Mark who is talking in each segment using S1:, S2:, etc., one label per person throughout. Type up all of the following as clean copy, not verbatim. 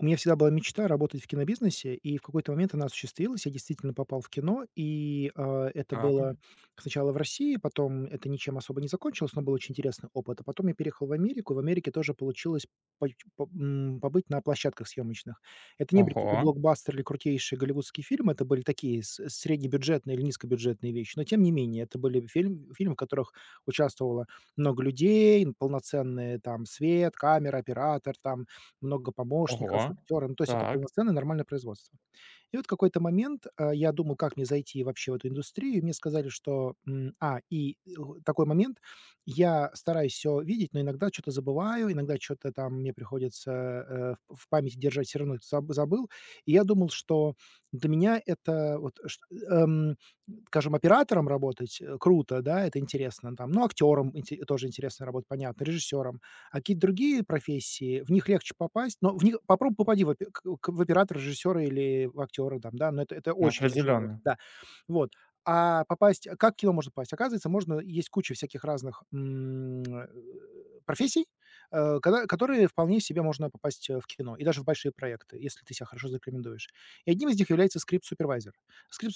S1: У меня всегда была мечта работать в кинобизнесе, и в какой-то момент она осуществилась. Я действительно попал в кино, это было
S2: Так.
S1: сначала в России, потом это ничем особо не закончилось, но был очень интересный опыт. А потом я переехал в Америку, и в Америке тоже получилось побыть на площадках съемочных. Это не были какие-то
S2: Ого,
S1: блокбастеры или крутейшие голливудские фильмы, это были такие с среднебюджетные или низкобюджетные вещи, но тем не менее это были фильмы, в которых участвовало много людей, полноценный там свет, камера, оператор, там много помощников,
S2: ого.
S1: актеры. Ну, то есть это
S2: Так,
S1: полноценное нормальное производство. И вот в какой-то момент, я думал, как мне зайти вообще в эту индустрию. И мне сказали, что, вот такой момент: я стараюсь все видеть, но иногда что то забываю, иногда что то там мне приходится, в памяти держать, все равно это забыл. И я думал, что для меня это вот шт эм, скажем, оператором работать, круто, да, это интересно там, ну, актером инте тоже интересно работать, понятно, режиссером. А какие-то другие профессии, в них легче попасть, но в них попробуй попади в оператора, режиссера или в актера там, да, но это
S2: ну,
S1: очень тяжело,
S2: определенно.
S1: да. Вот. А попасть как в кино можно попасть? Оказывается, можно есть куча всяких разных, профессий, э, когда которые вполне себе можно попасть, в кино и даже в большие проекты, если ты себя хорошо зарекомендуешь. И одним из них является скрипт-супервайзер скрипт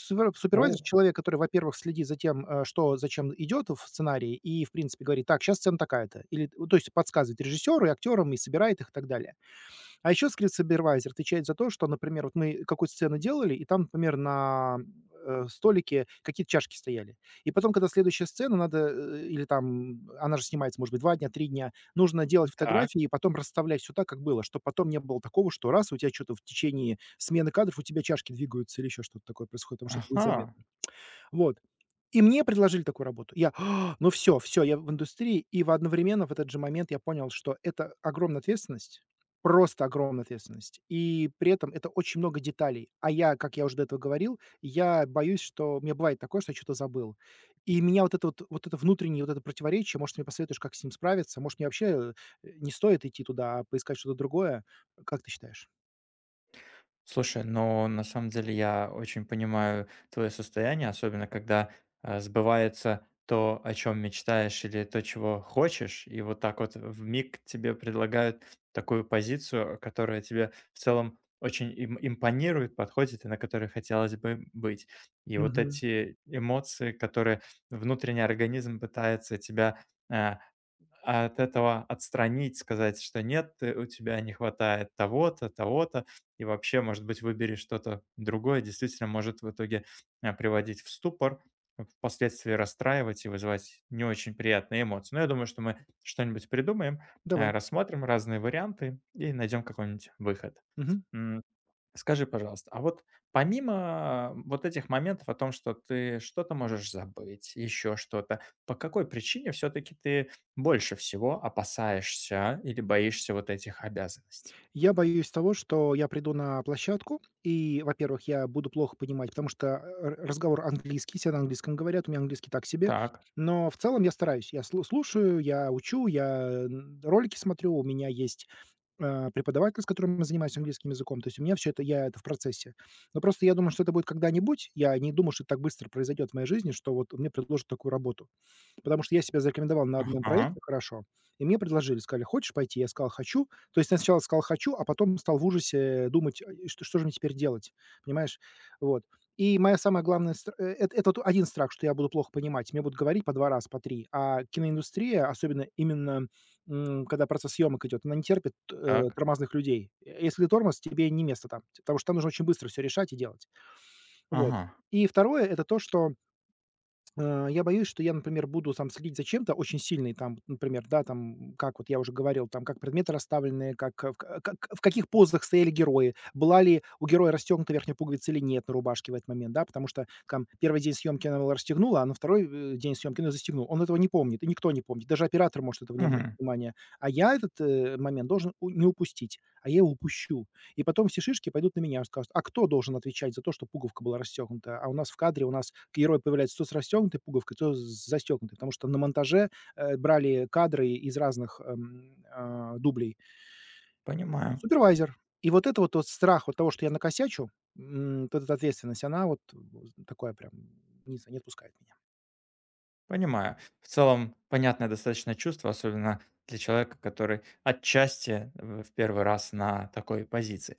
S2: О,
S1: супервайзер- человек, который, во-первых, следит за тем, что зачем идет в сценарии и, в принципе, говорит: "Так, сейчас сцена такая-то". Или, ну, то есть подсказывает режиссеру, и актёрам, и собирает их, и так далее. А еще Script Supervisor отвечает за то, что, например, вот мы какую-то сцену делали, и там, например, на столике какие-то чашки стояли. И потом, когда следующая сцена, надо, или там она же снимается, может быть, 2 дня, 3 дня, нужно делать
S2: так.
S1: фотографии и потом расставлять все так, как было, чтобы потом не было такого, что у тебя что то в течение смены кадров у тебя чашки двигаются или еще что-то такое происходит, потому что это будет
S2: Ага.
S1: заметно. Вот. И мне предложили такую работу. Я: "А, ну все, все, я в индустрии". И в одновременно в этот же момент я понял, что это огромная ответственность, просто огромная ответственность. И при этом это очень много деталей. А я, как я уже до этого говорил, я боюсь, что мне бывает такое, что я что то забыл. И меня вот это внутреннее вот это противоречие, может, ты мне посоветуешь, как с ним справиться? Может, мне вообще, не стоит идти туда, а поискать что-то другое? Как ты считаешь?
S2: Слушай, но на самом деле я очень понимаю твое состояние, особенно когда, сбывается то, о чем мечтаешь, или то, чего хочешь. И вот так вот в миг тебе предлагают такую позицию, которая тебе в целом очень им импонирует, подходит и на которой хотелось бы быть. И вот
S1: Мгм.
S2: эти эмоции, которые внутренний организм пытается тебя, от этого отстранить, сказать, что нет, у тебя не хватает того-то, того-то, и вообще, может быть, выбери что-то другое, действительно может в итоге приводить в ступор, впоследствии расстраивать и вызывать не очень приятные эмоции. Но я думаю, что мы что-нибудь придумаем,
S1: Давай.
S2: рассмотрим разные варианты и найдем какой-нибудь выход.
S1: Мгм.
S2: М, Скажи, пожалуйста, а вот помимо вот этих моментов о том, что ты что-то можешь забыть, еще что-то, по какой причине все-таки ты больше всего опасаешься или боишься вот этих обязанностей?
S1: Я боюсь того, что я приду на площадку и, во-первых, я буду плохо понимать, потому что, э, р разговор английский, все на английском говорят, у меня английский так себе.
S2: Так,
S1: Но в целом я стараюсь. Я слушаю, я учу, я, н ролики смотрю, у меня есть, преподаватель, с которым я занимаюсь английским языком. То есть у меня всё это я это в процессе. Но просто я думаю, что это будет когда-нибудь. Я не думаю, что это так быстро произойдет в моей жизни, что вот мне предложат такую работу. Потому что я себя зарекомендовал на одном
S2: ага,
S1: проекте хорошо, и мне предложили, сказали: "Хочешь пойти?" Я сказал: "Хочу". То есть я сначала сказал: "Хочу", а потом стал в ужасе думать: "А, что же мне теперь делать?" Понимаешь? Вот. И моя самая главная стра э, эт это вот один страх, что я буду плохо понимать. Мне будут говорить по 2 раза, по 3. А киноиндустрия, особенно именно, когда процесс съемок идет, она не терпит,
S2: так,
S1: тормозных людей. Если ты тормоз, тебе не место там, потому что там нужно очень быстро все решать и делать. Вот.
S2: ага,
S1: И второе это то, что я боюсь, что я, например, буду там следить за чем-то очень сильно, там, например, да, там, как вот я уже говорил, там, как предметы расставлены, как, э, в к как в каких позах стояли герои, была ли у героя расстегнута верхняя пуговица или нет на рубашке в этот момент, да, потому что там первый день съемки она его расстегнула, а на второй день съемки она застегнула. Он этого не помнит, и никто не помнит, даже оператор может этого не обратить
S2: мгм,
S1: внимания. А я этот, момент должен у не упустить, а я его упущу. И потом все шишки пойдут на меня, и скажут: "А кто должен отвечать за то, что пуговка была расстегнута?" А у нас в кадре, у нас герой появляется то с расстегнутой пуговкой, то с застегнутой, потому что на монтаже, брали кадры из разных, дублей.
S2: понимаю.
S1: Супервайзер. И вот это страх вот того, что я накосячу, вот эта ответственность, она вот, такое прям, не знаю, не отпускает меня.
S2: Понимаю. В целом, понятное достаточно чувство, особенно для человека, который отчасти в первый раз на такой позиции.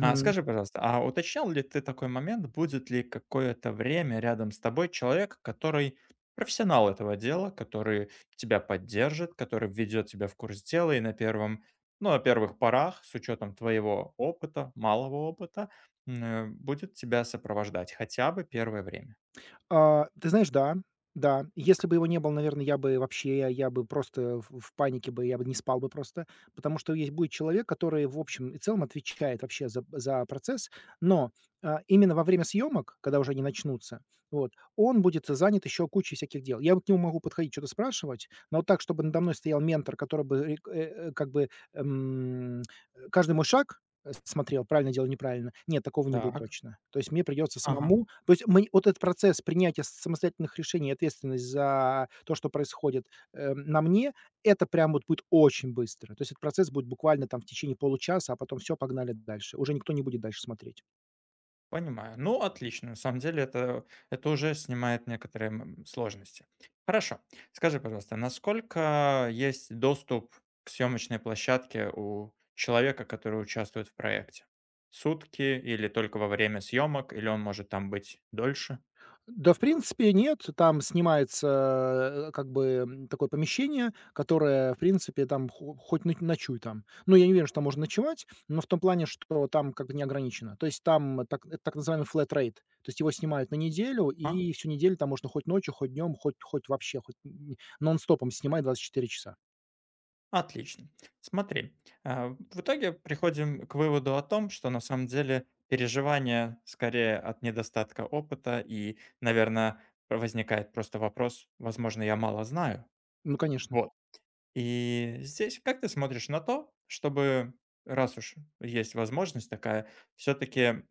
S2: А скажи, пожалуйста, а уточнял ли ты такой момент, будет ли какое-то время рядом с тобой человек, который профессионал этого дела, который тебя поддержит, который введет тебя в курс дела и на первом, ну, на первых порах, с учетом твоего опыта, малого опыта, будет тебя сопровождать хотя бы первое время?
S1: А, ты знаешь, да, да. Если бы его не было, наверное, я бы вообще, я бы просто в панике бы, я бы не спал бы просто, потому что есть будет человек, который в общем и целом отвечает вообще за процесс, но, именно во время съемок, когда уже они начнутся, вот, он будет занят еще кучей всяких дел. Я вот к нему могу подходить, что то спрашивать, но вот так, чтобы надо мной стоял ментор, который бы рек э, э, как бы, каждый мой шаг смотрел, правильно делал, неправильно. Нет, такого не будет
S2: Так.
S1: точно. То есть мне придется
S2: Ага.
S1: самому, вот этот процесс принятия самостоятельных решений, ответственность за то, что происходит, на мне, это прям вот будет очень быстро. То есть этот процесс будет буквально там в течение получаса, а потом все погнали дальше. Уже никто не будет дальше смотреть.
S2: Понимаю. Ну, отлично. На самом деле это уже снимает некоторые сложности. Хорошо. Скажи, пожалуйста, насколько есть доступ к съемочной площадке у человека, который участвует в проекте? Сутки или только во время съемок, или он может там быть дольше?
S1: Да, в принципе, нет. Там снимается, как бы, такое помещение, которое, в принципе, там хо хоть ноч ночуй там. Ну, я не уверен, что там можно ночевать, но в том плане, что там как бы не ограничено. То есть там так это так называемый flat rate. То есть его снимают на неделю, и всю неделю там можно хоть ночью, хоть днем, хоть вообще, хоть н нон-стопом снимать 24 часа.
S2: Отлично. Смотри, а, в итоге приходим к выводу о том, что на самом деле переживание скорее от недостатка опыта и, наверное, возникает просто вопрос, возможно, я мало знаю.
S1: Ну, конечно.
S2: Вот. И здесь как ты смотришь на то, чтобы, раз уж есть возможность такая, все-таки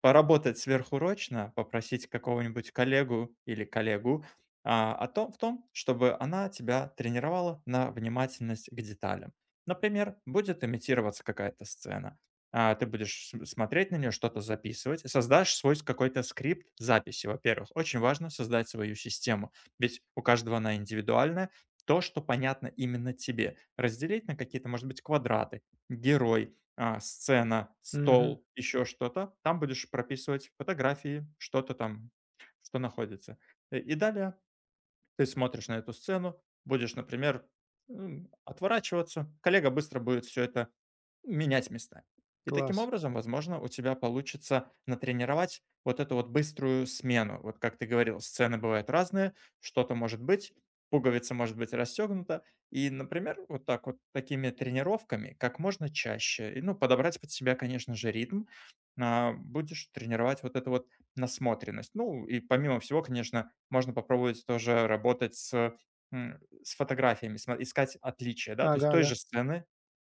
S2: поработать сверхурочно, попросить какого-нибудь коллегу или коллегу о том, в том, чтобы она тебя тренировала на внимательность к деталям. Например, будет имитироваться какая-то сцена, ты будешь смотреть на нее, что-то записывать, создашь свой какой-то скрипт записи, во-первых. Очень важно создать свою систему, ведь у каждого она индивидуальная, то, что понятно именно тебе. Разделить на какие-то, может быть, квадраты, герой, сцена,
S1: Мгм.
S2: стол, еще что-то. Там будешь прописывать фотографии, что-то там, что находится. И далее ты смотришь на эту сцену, будешь, например, отворачиваться. Коллега быстро будет все это менять местами. И таким
S1: Класс.
S2: образом, возможно, у тебя получится натренировать вот эту вот быструю смену. Вот как ты говорил, сцены бывают разные, что-то может быть, пуговица может быть расстегнута. И, например, вот так вот такими тренировками как можно чаще, и, ну, подобрать под себя, конечно же, ритм, будешь тренировать вот эту вот насмотренность. Ну, и помимо всего, конечно, можно попробовать тоже работать с, с фотографиями, искать отличия, да, то есть
S1: Ага,
S2: той
S1: ага.
S2: же сцены.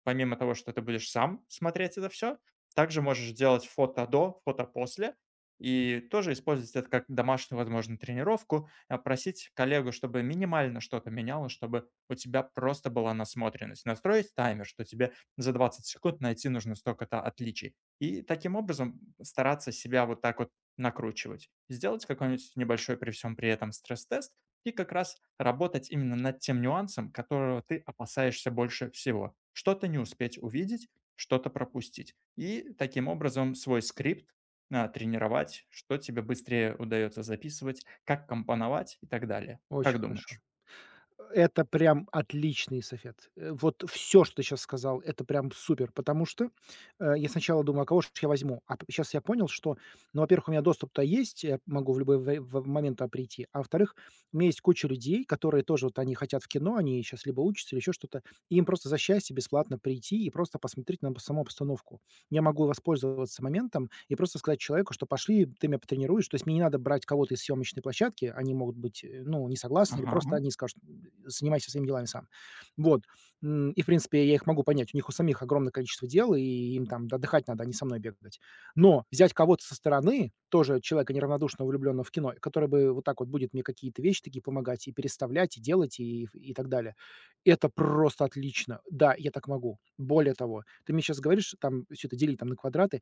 S2: Помимо того, что ты будешь сам смотреть это все, также можешь делать фото до, фото после и тоже использовать это как домашнюю, возможно, тренировку, просить коллегу, чтобы минимально что-то меняло, чтобы у тебя просто была насмотренность. Настроить таймер, что тебе за 20 секунд найти нужно столько-то отличий. И таким образом стараться себя вот так вот накручивать. Сделать какой-нибудь небольшой при всем при этом стресс-тест и как раз работать именно над тем нюансом, которого ты опасаешься больше всего. Что-то не успеть увидеть, что-то пропустить. И таким образом свой скрипт тренировать, что тебе быстрее удается записывать, как компоновать и так далее.
S1: Очень
S2: Как
S1: хорошо.
S2: думаешь?
S1: Это прям отличный совет. Вот все, что ты сейчас сказал, это прям супер, потому что, я сначала думал, а кого ж я возьму? А сейчас я понял, что, ну, во-первых, у меня доступ-то есть, я могу в любой вре в момент туда прийти, а во-вторых, у меня есть куча людей, которые тоже вот они хотят в кино, они сейчас либо учатся, или еще что-то, и им просто за счастье бесплатно прийти и просто посмотреть на саму обстановку. Я могу воспользоваться моментом и просто сказать человеку, что пошли, ты меня потренируешь. То есть мне не надо брать кого-то из съемочной площадки, они могут быть, ну, не согласны, или просто
S2: Ага.
S1: они скажут, занимайся своими делами сам. Вот. И, в принципе, я их могу понять. У них у самих огромное количество дел, и им там отдыхать надо, а не со мной бегать. Но взять кого-то со стороны, тоже человека неравнодушного, влюбленного в кино, который бы вот так вот будет мне какие-то вещи такие помогать и переставлять, и делать, и так далее. Это просто отлично. Да, я так могу. Более того, ты мне сейчас говоришь, там все это делить там на квадраты.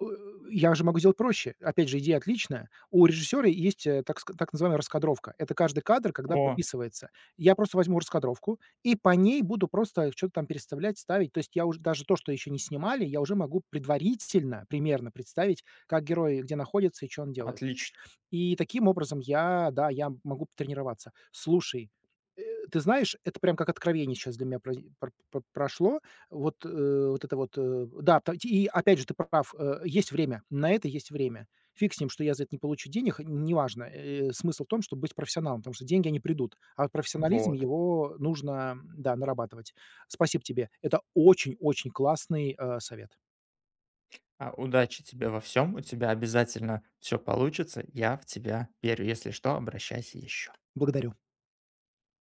S1: Э, я же могу сделать проще. Опять же, идея отличная. У режиссера есть, так называемая раскадровка. Это каждый кадр, когда
S2: О,
S1: прописывается. Я просто возьму раскадровку и по ней буду просто что то там переставлять, ставить. То есть я уже даже то, что еще не снимали, я уже могу предварительно примерно представить, как герой где находится и что он делает.
S2: отлично.
S1: И таким образом я, да, я могу тренироваться. Слушай, э, ты знаешь, это прям как откровение сейчас для меня произ пр пр прошло. Вот, вот это вот, да, та и опять же, ты прав, есть время, на это есть время. Фиг с ним, что я за это не получу денег, неважно. Смысл в том, чтобы быть профессионалом, потому что деньги, они придут, а вот профессионализм,
S2: Вот.
S1: его нужно, да, нарабатывать. Спасибо тебе. Это очень-очень классный, совет.
S2: Удачи тебе во всем. У тебя обязательно все получится. Я в тебя верю. Если что, обращайся еще.
S1: Благодарю.